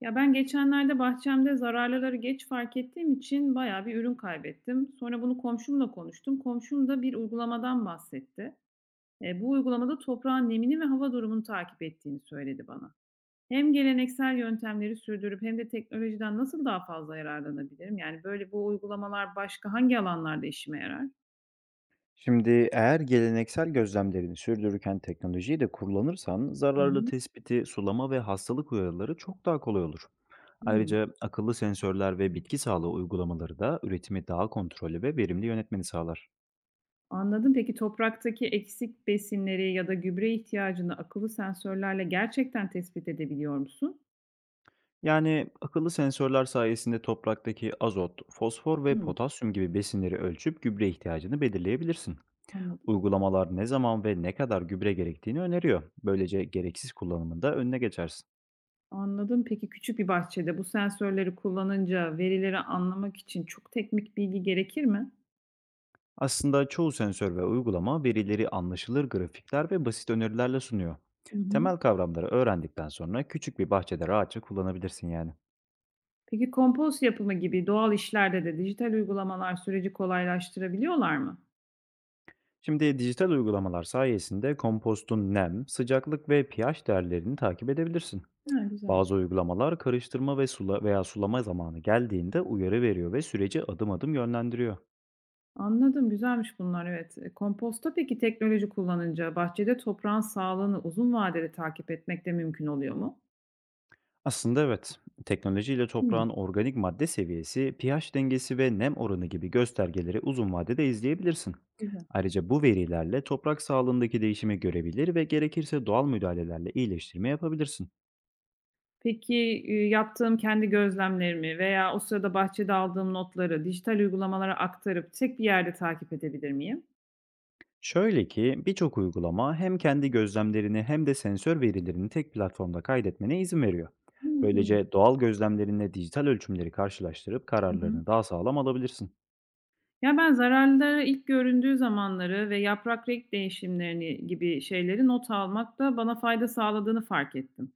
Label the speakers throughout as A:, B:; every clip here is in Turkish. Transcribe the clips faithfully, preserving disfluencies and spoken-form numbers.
A: Ya ben geçenlerde bahçemde zararlıları geç fark ettiğim için bayağı bir ürün kaybettim. Sonra bunu komşumla konuştum. Komşum da bir uygulamadan bahsetti. E, bu uygulamada toprağın nemini ve hava durumunu takip ettiğini söyledi bana. Hem geleneksel yöntemleri sürdürüp hem de teknolojiden nasıl daha fazla yararlanabilirim? Yani böyle bu uygulamalar başka hangi alanlarda işime yarar?
B: Şimdi eğer geleneksel gözlemlerini sürdürürken teknolojiyi de kullanırsan
A: Hı
B: zararlı
A: hı.
B: tespiti, sulama ve hastalık uyarıları çok daha kolay olur.
A: Hmm.
B: Ayrıca akıllı sensörler ve bitki sağlığı uygulamaları da üretimi daha kontrollü ve verimli yönetmeni sağlar.
A: Anladım. Peki topraktaki eksik besinleri ya da gübre ihtiyacını akıllı sensörlerle gerçekten tespit edebiliyor musun?
B: Yani akıllı sensörler sayesinde topraktaki azot, fosfor ve
A: Hı.
B: potasyum gibi besinleri ölçüp gübre ihtiyacını belirleyebilirsin.
A: Anladım,
B: Uygulamalar ne zaman ve ne kadar gübre gerektiğini öneriyor. Böylece gereksiz kullanımında önüne geçersin.
A: anladım. Peki küçük bir bahçede bu sensörleri kullanınca verileri anlamak için çok teknik bilgi gerekir mi?
B: Aslında çoğu sensör ve uygulama verileri anlaşılır grafikler ve basit önerilerle sunuyor.
A: Hı hı.
B: Temel kavramları öğrendikten sonra küçük bir bahçede rahatça kullanabilirsin yani.
A: Peki kompost yapımı gibi doğal işlerde de dijital uygulamalar süreci kolaylaştırabiliyorlar mı?
B: Şimdi dijital uygulamalar sayesinde kompostun nem, sıcaklık ve pH değerlerini takip edebilirsin.
A: Ha, güzel.
B: Bazı uygulamalar karıştırma ve sula veya sulama zamanı geldiğinde uyarı veriyor ve süreci adım adım yönlendiriyor.
A: Anladım, güzelmiş bunlar, evet. E, komposta peki teknoloji kullanınca bahçede toprağın sağlığını uzun vadede takip etmek de mümkün oluyor mu?
B: Aslında evet. Teknolojiyle
A: Hı,
B: toprağın organik madde seviyesi, pH dengesi ve nem oranı gibi göstergeleri uzun vadede izleyebilirsin.
A: güzel.
B: Ayrıca bu verilerle toprak sağlığındaki değişimi görebilir ve gerekirse doğal müdahalelerle iyileştirme yapabilirsin.
A: Peki, eee, yaptığım kendi gözlemlerimi veya o sırada bahçede aldığım notları dijital uygulamalara aktarıp tek bir yerde takip edebilir miyim?
B: Şöyle ki birçok uygulama hem kendi gözlemlerini hem de sensör verilerini tek platformda kaydetmene izin veriyor.
A: Hımm, iyi.
B: Böylece doğal gözlemlerinle dijital ölçümleri karşılaştırıp
A: Hı hı.
B: kararlarını daha sağlam alabilirsin.
A: Ya, ben zararlılara ilk göründüğü zamanları ve yaprak renk değişimlerini gibi şeyleri not almakta bana fayda sağladığını fark ettim.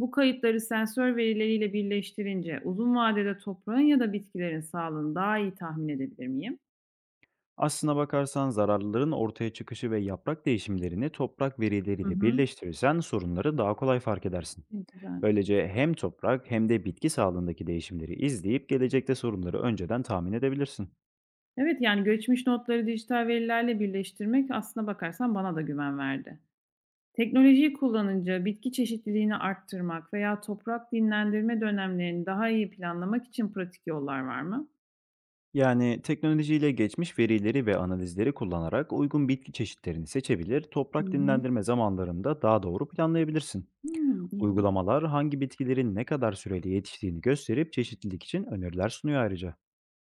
A: Bu kayıtları sensör verileriyle birleştirince uzun vadede toprağın ya da bitkilerin sağlığını daha iyi tahmin edebilir miyim?
B: Aslına bakarsan zararlıların ortaya çıkışı ve yaprak değişimlerini toprak
A: Hı
B: verileriyle
A: hı.
B: birleştirirsen sorunları daha kolay fark edersin.
A: E, güzelmiş.
B: Böylece hem toprak hem de bitki sağlığındaki değişimleri izleyip gelecekte sorunları önceden tahmin edebilirsin.
A: Evet, yani göçmüş notları dijital verilerle birleştirmek aslına bakarsan bana da güven verdi. Teknolojiyi kullanınca bitki çeşitliliğini arttırmak veya toprak dinlendirme dönemlerini daha iyi planlamak için pratik yollar var mı?
B: Yani teknolojiyle geçmiş verileri ve analizleri kullanarak uygun bitki çeşitlerini seçebilir,
A: Hı
B: toprak
A: hı.
B: dinlendirme zamanlarında daha doğru planlayabilirsin.
A: Hmm, ilginç.
B: Uygulamalar hangi bitkilerin ne kadar süreli yetiştiğini gösterip çeşitlilik için öneriler sunuyor ayrıca.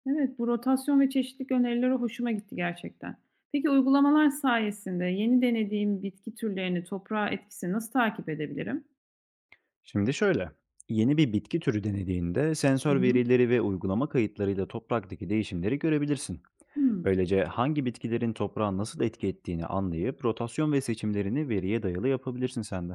A: Evet, bu rotasyon ve çeşitlilik önerileri hoşuma gitti gerçekten. Peki uygulamalar sayesinde yeni denediğim bitki türlerini toprağa etkisini nasıl takip edebilirim?
B: Şimdi şöyle, yeni bir bitki türü denediğinde
A: Hı
B: sensör
A: hı.
B: verileri ve uygulama kayıtlarıyla topraktaki değişimleri görebilirsin.
A: Hmm.
B: Böylece hangi bitkilerin toprağa nasıl etki ettiğini anlayıp rotasyon ve seçimlerini veriye dayalı yapabilirsin sen de.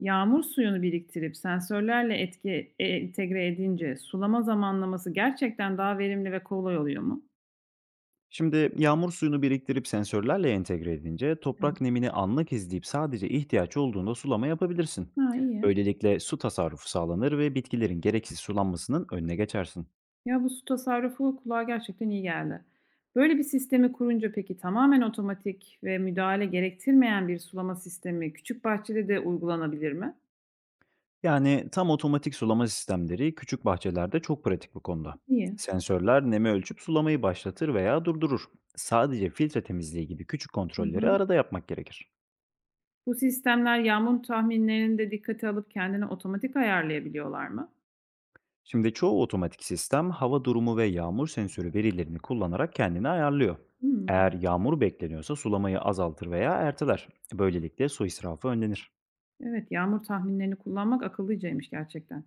A: Yağmur suyunu biriktirip sensörlerle etki eee, entegre edince sulama zamanlaması gerçekten daha verimli ve kolay oluyor mu?
B: Şimdi yağmur suyunu biriktirip sensörlerle entegre edince
A: Evet.
B: toprak nemini anlık izleyip sadece ihtiyaç olduğunda sulama yapabilirsin.
A: Ha, iyi.
B: Böylelikle su tasarrufu sağlanır ve bitkilerin gereksiz sulanmasının önüne geçersin.
A: Ya, bu su tasarrufu kulağa gerçekten iyi geldi. Böyle bir sistemi kurunca peki tamamen otomatik ve müdahale gerektirmeyen bir sulama sistemi küçük bahçede de uygulanabilir mi?
B: Yani tam otomatik sulama sistemleri küçük bahçelerde çok pratik bu konuda.
A: İyi.
B: Sensörler nemi ölçüp sulamayı başlatır veya durdurur. Sadece filtre temizliği gibi küçük
A: Hı
B: kontrolleri
A: hı.
B: arada yapmak gerekir.
A: Bu sistemler yağmur tahminlerini de dikkate alıp kendini otomatik ayarlayabiliyorlar mı?
B: Şimdi çoğu otomatik sistem hava durumu ve yağmur sensörü verilerini kullanarak kendini ayarlıyor.
A: Hı,
B: Eğer
A: mantıklı.
B: yağmur bekleniyorsa sulamayı azaltır veya erteler. Böylelikle su israfı önlenir.
A: Evet, yağmur tahminlerini kullanmak akıllıcaymış gerçekten.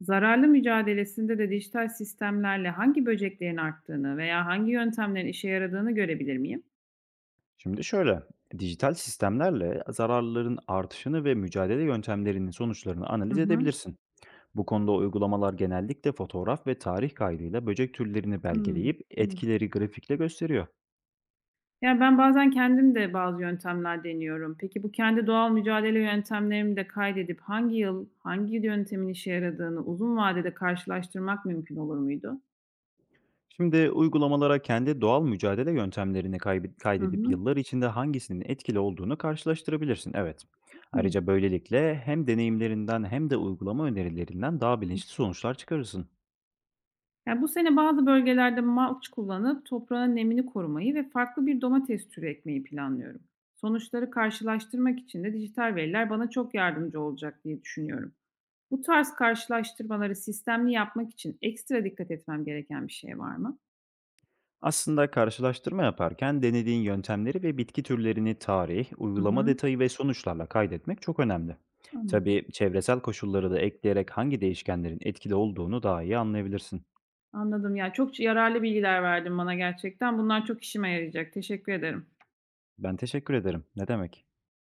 A: Zararlı mücadelesinde de dijital sistemlerle hangi böceklerin arttığını veya hangi yöntemlerin işe yaradığını görebilir miyim?
B: Şimdi şöyle, dijital sistemlerle zararların artışını ve mücadele yöntemlerinin sonuçlarını
A: Hı
B: analiz
A: hı.
B: edebilirsin. Bu konuda uygulamalar genellikle fotoğraf ve tarih kaydıyla böcek türlerini
A: Hıı.
B: belgeleyip
A: Anladım.
B: etkileri grafikle gösteriyor.
A: Ya, ben bazen kendim de bazı yöntemler deniyorum. Peki bu kendi doğal mücadele yöntemlerimi de kaydedip hangi yıl hangi yöntemin işe yaradığını uzun vadede karşılaştırmak mümkün olur muydu?
B: Şimdi uygulamalara kendi doğal mücadele yöntemlerini kayb-
A: Hı
B: kaydedip
A: hı.
B: yıllar içinde hangisinin etkili olduğunu karşılaştırabilirsin. Evet.
A: İyi.
B: Ayrıca böylelikle hem deneyimlerinden hem de uygulama önerilerinden daha bilinçli sonuçlar çıkarırsın.
A: Ya, bu sene bazı bölgelerde malç kullanıp toprağın nemini korumayı ve farklı bir domates türü ekmeyi planlıyorum. Sonuçları karşılaştırmak için de dijital veriler bana çok yardımcı olacak diye düşünüyorum. Bu tarz karşılaştırmaları sistemli yapmak için ekstra dikkat etmem gereken bir şey var mı?
B: Aslında karşılaştırma yaparken denediğin yöntemleri ve bitki türlerini tarih,
A: Hı
B: uygulama
A: hı,
B: detayı ve sonuçlarla kaydetmek çok önemli.
A: anladım.
B: Tabii çevresel koşulları da ekleyerek hangi değişkenlerin etkili olduğunu daha iyi anlayabilirsin.
A: Anladım. Ya, çok yararlı bilgiler verdin bana gerçekten. Bunlar çok işime yarayacak. Teşekkür ederim.
B: Ben teşekkür ederim. Ne demek?